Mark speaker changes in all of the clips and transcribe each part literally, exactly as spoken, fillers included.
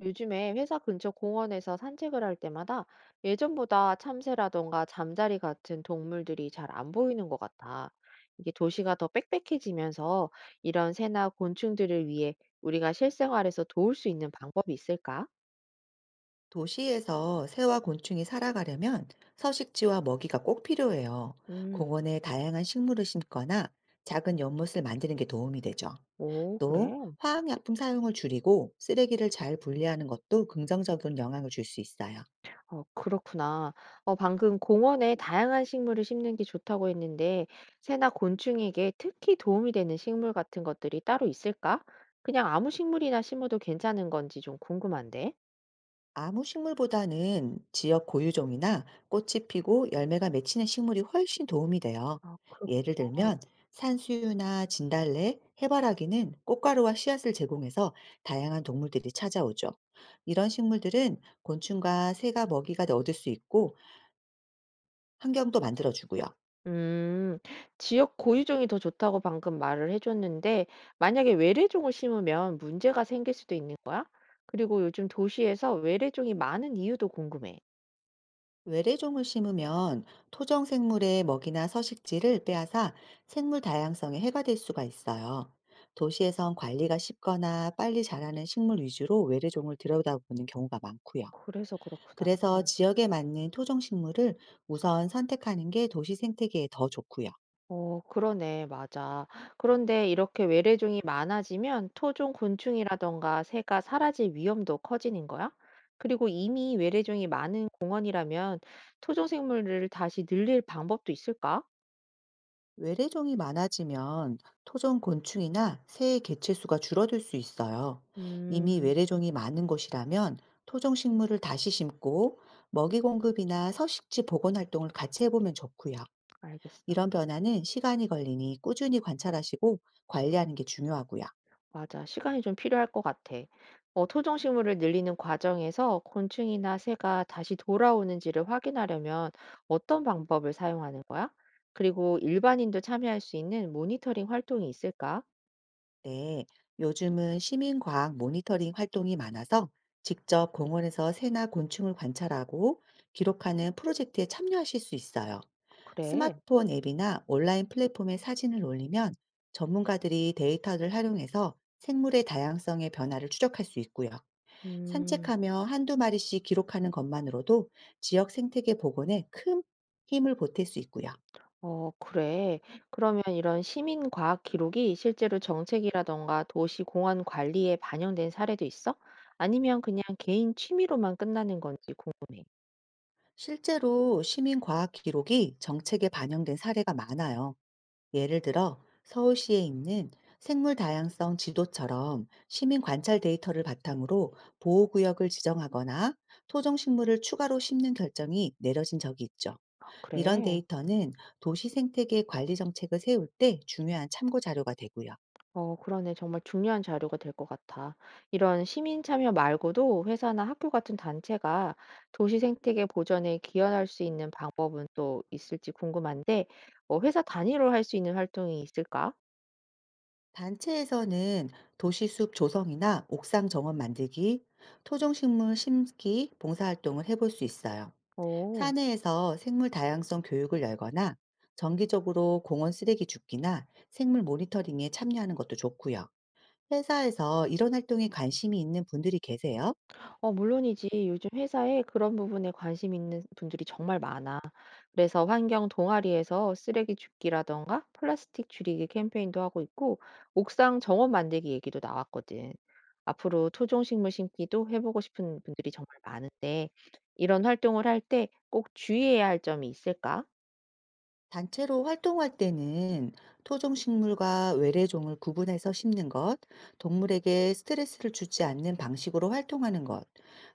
Speaker 1: 요즘에 회사 근처 공원에서 산책을 할 때마다 예전보다 참새라던가 잠자리 같은 동물들이 잘 안 보이는 것 같아. 이게 도시가 더 빽빽해지면서 이런 새나 곤충들을 위해 우리가 실생활에서 도울 수 있는 방법이 있을까?
Speaker 2: 도시에서 새와 곤충이 살아가려면 서식지와 먹이가 꼭 필요해요.
Speaker 1: 음,
Speaker 2: 공원에 다양한 식물을 심거나 작은 연못을 만드는 게 도움이 되죠.
Speaker 1: 오,
Speaker 2: 또
Speaker 1: 그래.
Speaker 2: 화학약품 사용을 줄이고 쓰레기를 잘 분리하는 것도 긍정적인 영향을 줄 수 있어요.
Speaker 1: 어 그렇구나. 어 방금 공원에 다양한 식물을 심는 게 좋다고 했는데 새나 곤충에게 특히 도움이 되는 식물 같은 것들이 따로 있을까? 그냥 아무 식물이나 심어도 괜찮은 건지 좀 궁금한데.
Speaker 2: 아무 식물보다는 지역 고유종이나 꽃이 피고 열매가 맺히는 식물이 훨씬 도움이 돼요.
Speaker 1: 아
Speaker 2: 예를
Speaker 1: 그렇구나.
Speaker 2: 들면 산수유나 진달래, 해바라기는 꽃가루와 씨앗을 제공해서 다양한 동물들이 찾아오죠. 이런 식물들은 곤충과 새가 먹이가 얻을 수 있고 환경도 만들어주고요.
Speaker 1: 음. 지역 고유종이 더 좋다고 방금 말을 해 줬는데 만약에 외래종을 심으면 문제가 생길 수도 있는 거 그리고 요즘 도시에서 외래종이 많은 이유도 궁금해.
Speaker 2: 외래종을 심으면 토종 생물의 먹이나 서식지를 빼앗아 생물 다양성에 해가 될 수가 있어요. 도시에선 관리가 쉽거나 빨리 자라는 식물 위주로 외래종을 들여다보는 경우가 많고요.
Speaker 1: 그래서 그렇구나.
Speaker 2: 그래서 지역에 맞는 토종 식물을 우선 선택하는 게 도시 생태계에 더 좋고요.
Speaker 1: 어 그러네. 맞아. 그런데 이렇게 외래종이 많아지면 토종 곤충이라던가 새가 사라질 위험도 커지는 거야? 그리고 이미 외래종이 많은 공원이라면 토종 생물을 다시 늘릴 방법도 있을까?
Speaker 2: 외래종이 많아지면 토종 곤충이나 새의 개체수가 줄어들 수 있어요. 이미
Speaker 1: 음,
Speaker 2: 외래종이 많은 곳이라면 토종 식물을 다시 심고 먹이 공급이나 서식지 복원 활동을 같이 해보면 좋고요.
Speaker 1: 알겠어.
Speaker 2: 이런 변화는 시간이 걸리니 꾸준히 관찰하시고 관리하는 게 중요하고요.
Speaker 1: 맞아. 시간이 좀 필요할 것 같아. 어, 토종 식물을 늘리는 과정에서 곤충이나 새가 다시 돌아오는지를 확인하려면 어떤 방법을 사용하는 거야? 그리고 일반인도 참여할 수 있는 모니터링 활동이 있을까?
Speaker 2: 네, 요즘은 시민과학 모니터링 활동이 많아서 직접 공원에서 새나 곤충을 관찰하고 기록하는 프로젝트에 참여하실 수 있어요.
Speaker 1: 그래?
Speaker 2: 스마트폰 앱이나 온라인 플랫폼에 사진을 올리면 전문가들이 데이터를 활용해서 생물의 다양성의 변화를 추적할 수 있고요.
Speaker 1: 음.
Speaker 2: 산책하며 한두 마리씩 기록하는 것만으로도 지역 생태계 복원에 큰 힘을 보탤 수 있고요.
Speaker 1: 어 그래. 그러면 이런 시민 과학 기록이 실제로 정책이라던가 도시 공원 관리에 반영된 사례도 있어? 아니면 그냥 개인 취미로만 끝나는 건지 궁금해.
Speaker 2: 실제로 시민 과학 기록이 정책에 반영된 사례가 많아요. 예를 들어 서울시에 있는 생물 다양성 지도처럼 시민 관찰 데이터를 바탕으로 보호구역을 지정하거나 토종식물을 추가로 심는 결정이 내려진 적이 있죠.
Speaker 1: 아
Speaker 2: 이런
Speaker 1: 그래?
Speaker 2: 데이터는 도시 생태계 관리 정책을 세울 때 중요한 참고 자료가 되고요.
Speaker 1: 어 그러네. 정말 중요한 자료가 될 것 같아. 이런 시민 참여 말고도 회사나 학교 같은 단체가 도시 생태계 보전에 기여할 수 있는 방법은 또 있을지 궁금한데 어 회사 단위로 할 수 있는 활동이 있을까?
Speaker 2: 단체에서는 도시숲 조성이나 옥상 정원 만들기, 토종식물 심기, 봉사활동을 해볼 수 있어요.
Speaker 1: 오.
Speaker 2: 사내에서 생물 다양성 교육을 열거나 정기적으로 공원 쓰레기 줍기나 생물 모니터링에 참여하는 것도 좋고요. 회사에서 이런 활동에 관심이 있는 분들이 계세요?
Speaker 1: 어 물론이지. 요즘 회사에 그런 부분에 관심 있는 분들이 정말 많아. 그래서 환경 동아리에서 쓰레기 줍기라던가 플라스틱 줄이기 캠페인도 하고 있고 옥상 정원 만들기 얘기도 나왔거든. 앞으로 토종식물 심기도 해보고 싶은 분들이 정말 많은데 이런 활동을 할 때 꼭 주의해야 할 점이 있을까?
Speaker 2: 단체로 활동할 때는 토종식물과 외래종을 구분해서 심는 것, 동물에게 스트레스를 주지 않는 방식으로 활동하는 것,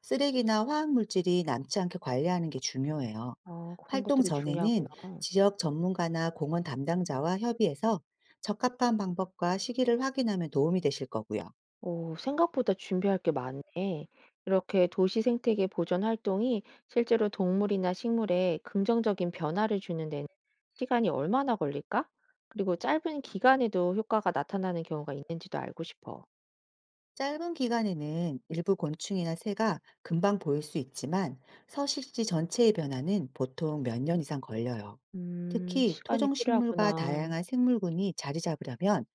Speaker 2: 쓰레기나 화학물질이 남지 않게 관리하는 게 중요해요.
Speaker 1: 어, 그런
Speaker 2: 활동
Speaker 1: 것들이 중요하구나.
Speaker 2: 전에는 지역 전문가나 공원 담당자와 협의해서 적합한 방법과 시기를 확인하면 도움이 되실 거고요.
Speaker 1: 오 생각보다 준비할 게 많네. 이렇게 도시 생태계 보존 활동이 실제로 동물이나 식물에 긍정적인 변화를 주는 데는 시간이 얼마나 걸릴까? 그리고 짧은 기간에도 효과가 나타나는 경우가 있는지도 알고 싶어.
Speaker 2: 짧은 기간에는 일부 곤충이나 새가 금방 보일 수 있지만 서식지 전체의 변화는 보통 몇 년 이상 걸려요.
Speaker 1: 음,
Speaker 2: 특히
Speaker 1: 시간이
Speaker 2: 토종식물과
Speaker 1: 필요하구나.
Speaker 2: 다양한 생물군이 자리 잡으려면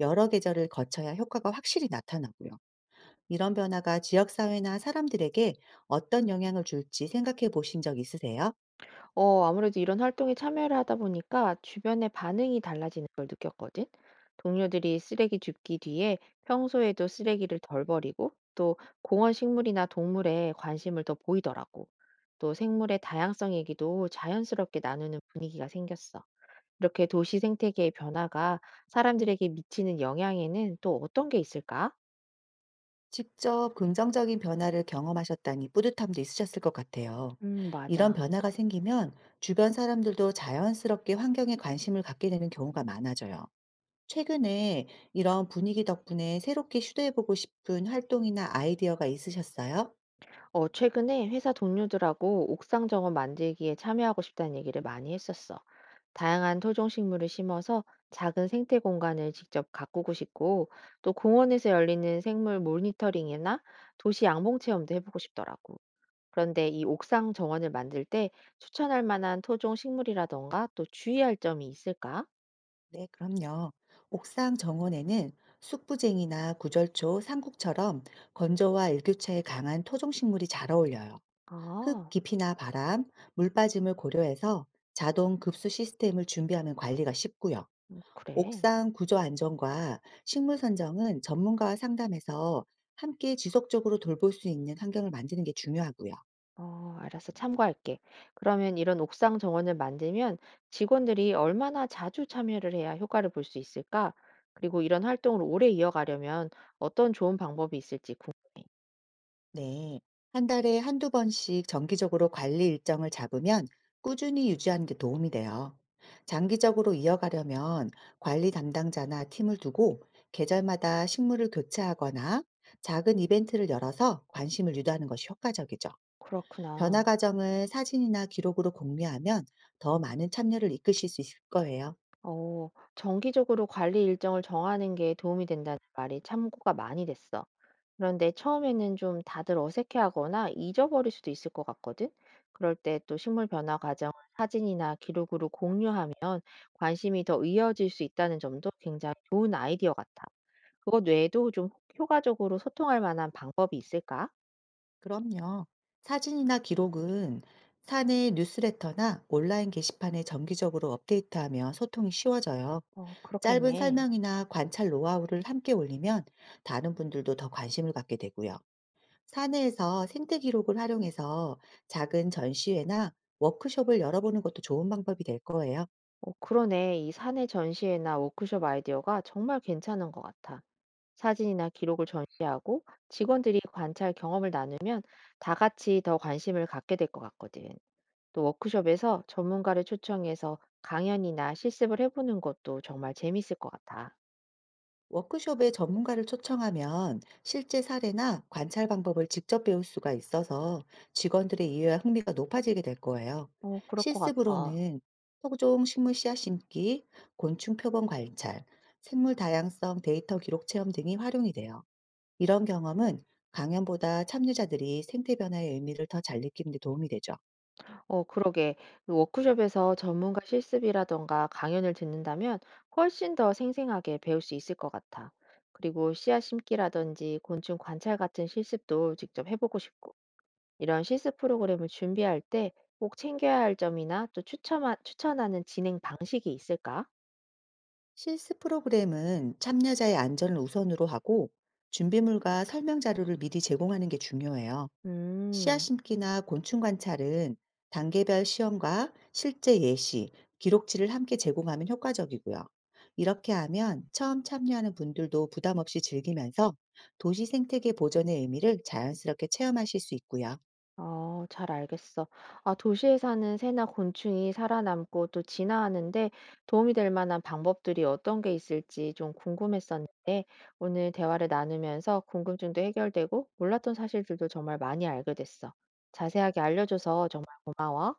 Speaker 2: 여러 계절을 거쳐야 효과가 확실히 나타나고요. 이런 변화가 지역사회나 사람들에게 어떤 영향을 줄지 생각해 보신 적 있으세요?
Speaker 1: 어, 아무래도 이런 활동에 참여를 하다 보니까 주변의 반응이 달라지는 걸 느꼈거든. 동료들이 쓰레기 줍기 뒤에 평소에도 쓰레기를 덜 버리고 또 공원 식물이나 동물에 관심을 더 보이더라고. 또 생물의 다양성 얘기도 자연스럽게 나누는 분위기가 생겼어. 이렇게 도시 생태계의 변화가 사람들에게 미치는 영향에는 또 어떤 게 있을까?
Speaker 2: 직접 긍정적인 변화를 경험하셨다니 뿌듯함도 있으셨을 것 같아요.
Speaker 1: 음,
Speaker 2: 이런
Speaker 1: 맞아.
Speaker 2: 변화가 생기면 주변 사람들도 자연스럽게 환경에 관심을 갖게 되는 경우가 많아져요. 최근에 이런 분위기 덕분에 새롭게 시도해보고 싶은 활동이나 아이디어가 있으셨어요?
Speaker 1: 어, 최근에 회사 동료들하고 옥상 정원 만들기에 참여하고 싶다는 얘기를 많이 했었어. 다양한 토종식물을 심어서 작은 생태 공간을 직접 가꾸고 싶고, 또 공원에서 열리는 생물 모니터링이나 도시 양봉 체험도 해보고 싶더라고. 그런데 이 옥상 정원을 만들 때 추천할 만한 토종식물이라던가 또 주의할 점이 있을까?
Speaker 2: 네, 그럼요. 옥상 정원에는 숙부쟁이나 구절초, 삼국처럼 건조와 일교차에 강한 토종식물이 잘 어울려요. 흙
Speaker 1: 아,
Speaker 2: 깊이나 바람, 물 빠짐을 고려해서 자동 급수 시스템을 준비하면 관리가 쉽고요.
Speaker 1: 그래.
Speaker 2: 옥상 구조 안정과 식물 선정은 전문가와 상담해서 함께 지속적으로 돌볼 수 있는 환경을 만드는 게 중요하고요.
Speaker 1: 어, 알았어. 참고할게. 그러면 이런 옥상 정원을 만들면 직원들이 얼마나 자주 참여를 해야 효과를 볼 수 있을까? 그리고 이런 활동을 오래 이어가려면 어떤 좋은 방법이 있을지 궁금해.
Speaker 2: 네. 한 달에 한두 번씩 정기적으로 관리 일정을 잡으면 꾸준히 유지하는 게 도움이 돼요. 장기적으로 이어가려면 관리 담당자나 팀을 두고 계절마다 식물을 교체하거나 작은 이벤트를 열어서 관심을 유도하는 것이 효과적이죠. 변화
Speaker 1: 그렇구나.
Speaker 2: 과정을 사진이나 기록으로 공유하면 더 많은 참여를 이끌실 수 있을 거예요.
Speaker 1: 어, 정기적으로 관리 일정을 정하는 게 도움이 된다는 말이 참고가 많이 됐어. 그런데 처음에는 좀 다들 어색해하거나 잊어버릴 수도 있을 것 같거든? 그럴 때 또 식물 변화 과정을 사진이나 기록으로 공유하면 관심이 더 이어질 수 있다는 점도 굉장히 좋은 아이디어 같아. 그것 외에도 좀 효과적으로 소통할 만한 방법이 있을까?
Speaker 2: 그럼요. 사진이나 기록은 사내 뉴스레터나 온라인 게시판에 정기적으로 업데이트하며 소통이 쉬워져요.
Speaker 1: 어,
Speaker 2: 짧은
Speaker 1: 그렇겠네.
Speaker 2: 설명이나 관찰 노하우를 함께 올리면 다른 분들도 더 관심을 갖게 되고요. 사내에서 생태 기록을 활용해서 작은 전시회나 워크숍을 열어보는 것도 좋은 방법이 될 거예요.
Speaker 1: 어, 그러네. 이 사내 전시회나 워크숍 아이디어가 정말 괜찮은 것 같아. 사진이나 기록을 전시하고 직원들이 관찰 경험을 나누면 다 같이 더 관심을 갖게 될 것 같거든. 또 워크숍에서 전문가를 초청해서 강연이나 실습을 해보는 것도 정말 재밌을 것 같아.
Speaker 2: 워크숍에 전문가를 초청하면 실제 사례나 관찰 방법을 직접 배울 수가 있어서 직원들의 이해와 흥미가 높아지게 될 거예요.
Speaker 1: 어, 그럴 것 같아.
Speaker 2: 실습으로는 토종 식물 씨앗 심기, 곤충 표본 관찰, 생물 다양성 데이터 기록 체험 등이 활용이 돼요. 이런 경험은 강연보다 참여자들이 생태 변화의 의미를 더 잘 느끼는 데 도움이 되죠.
Speaker 1: 어, 그러게. 그 워크숍에서 전문가 실습이라던가 강연을 듣는다면 훨씬 더 생생하게 배울 수 있을 것 같아. 그리고 씨앗 심기라든지 곤충 관찰 같은 실습도 직접 해보고 싶고. 이런 실습 프로그램을 준비할 때 꼭 챙겨야 할 점이나 또 추천하, 추천하는 진행 방식이 있을까?
Speaker 2: 실습 프로그램은 참여자의 안전을 우선으로 하고 준비물과 설명 자료를 미리 제공하는 게 중요해요. 씨앗
Speaker 1: 음.
Speaker 2: 심기나 곤충 관찰은 단계별 시험과 실제 예시, 기록지를 함께 제공하면 효과적이고요. 이렇게 하면 처음 참여하는 분들도 부담 없이 즐기면서 도시 생태계 보존의 의미를 자연스럽게 체험하실 수 있고요. 네.
Speaker 1: 어, 잘 알겠어. 아, 도시에 사는 새나 곤충이 살아남고 또 진화하는데 도움이 될 만한 방법들이 어떤 게 있을지 좀 궁금했었는데 오늘 대화를 나누면서 궁금증도 해결되고 몰랐던 사실들도 정말 많이 알게 됐어. 자세하게 알려줘서 정말 고마워.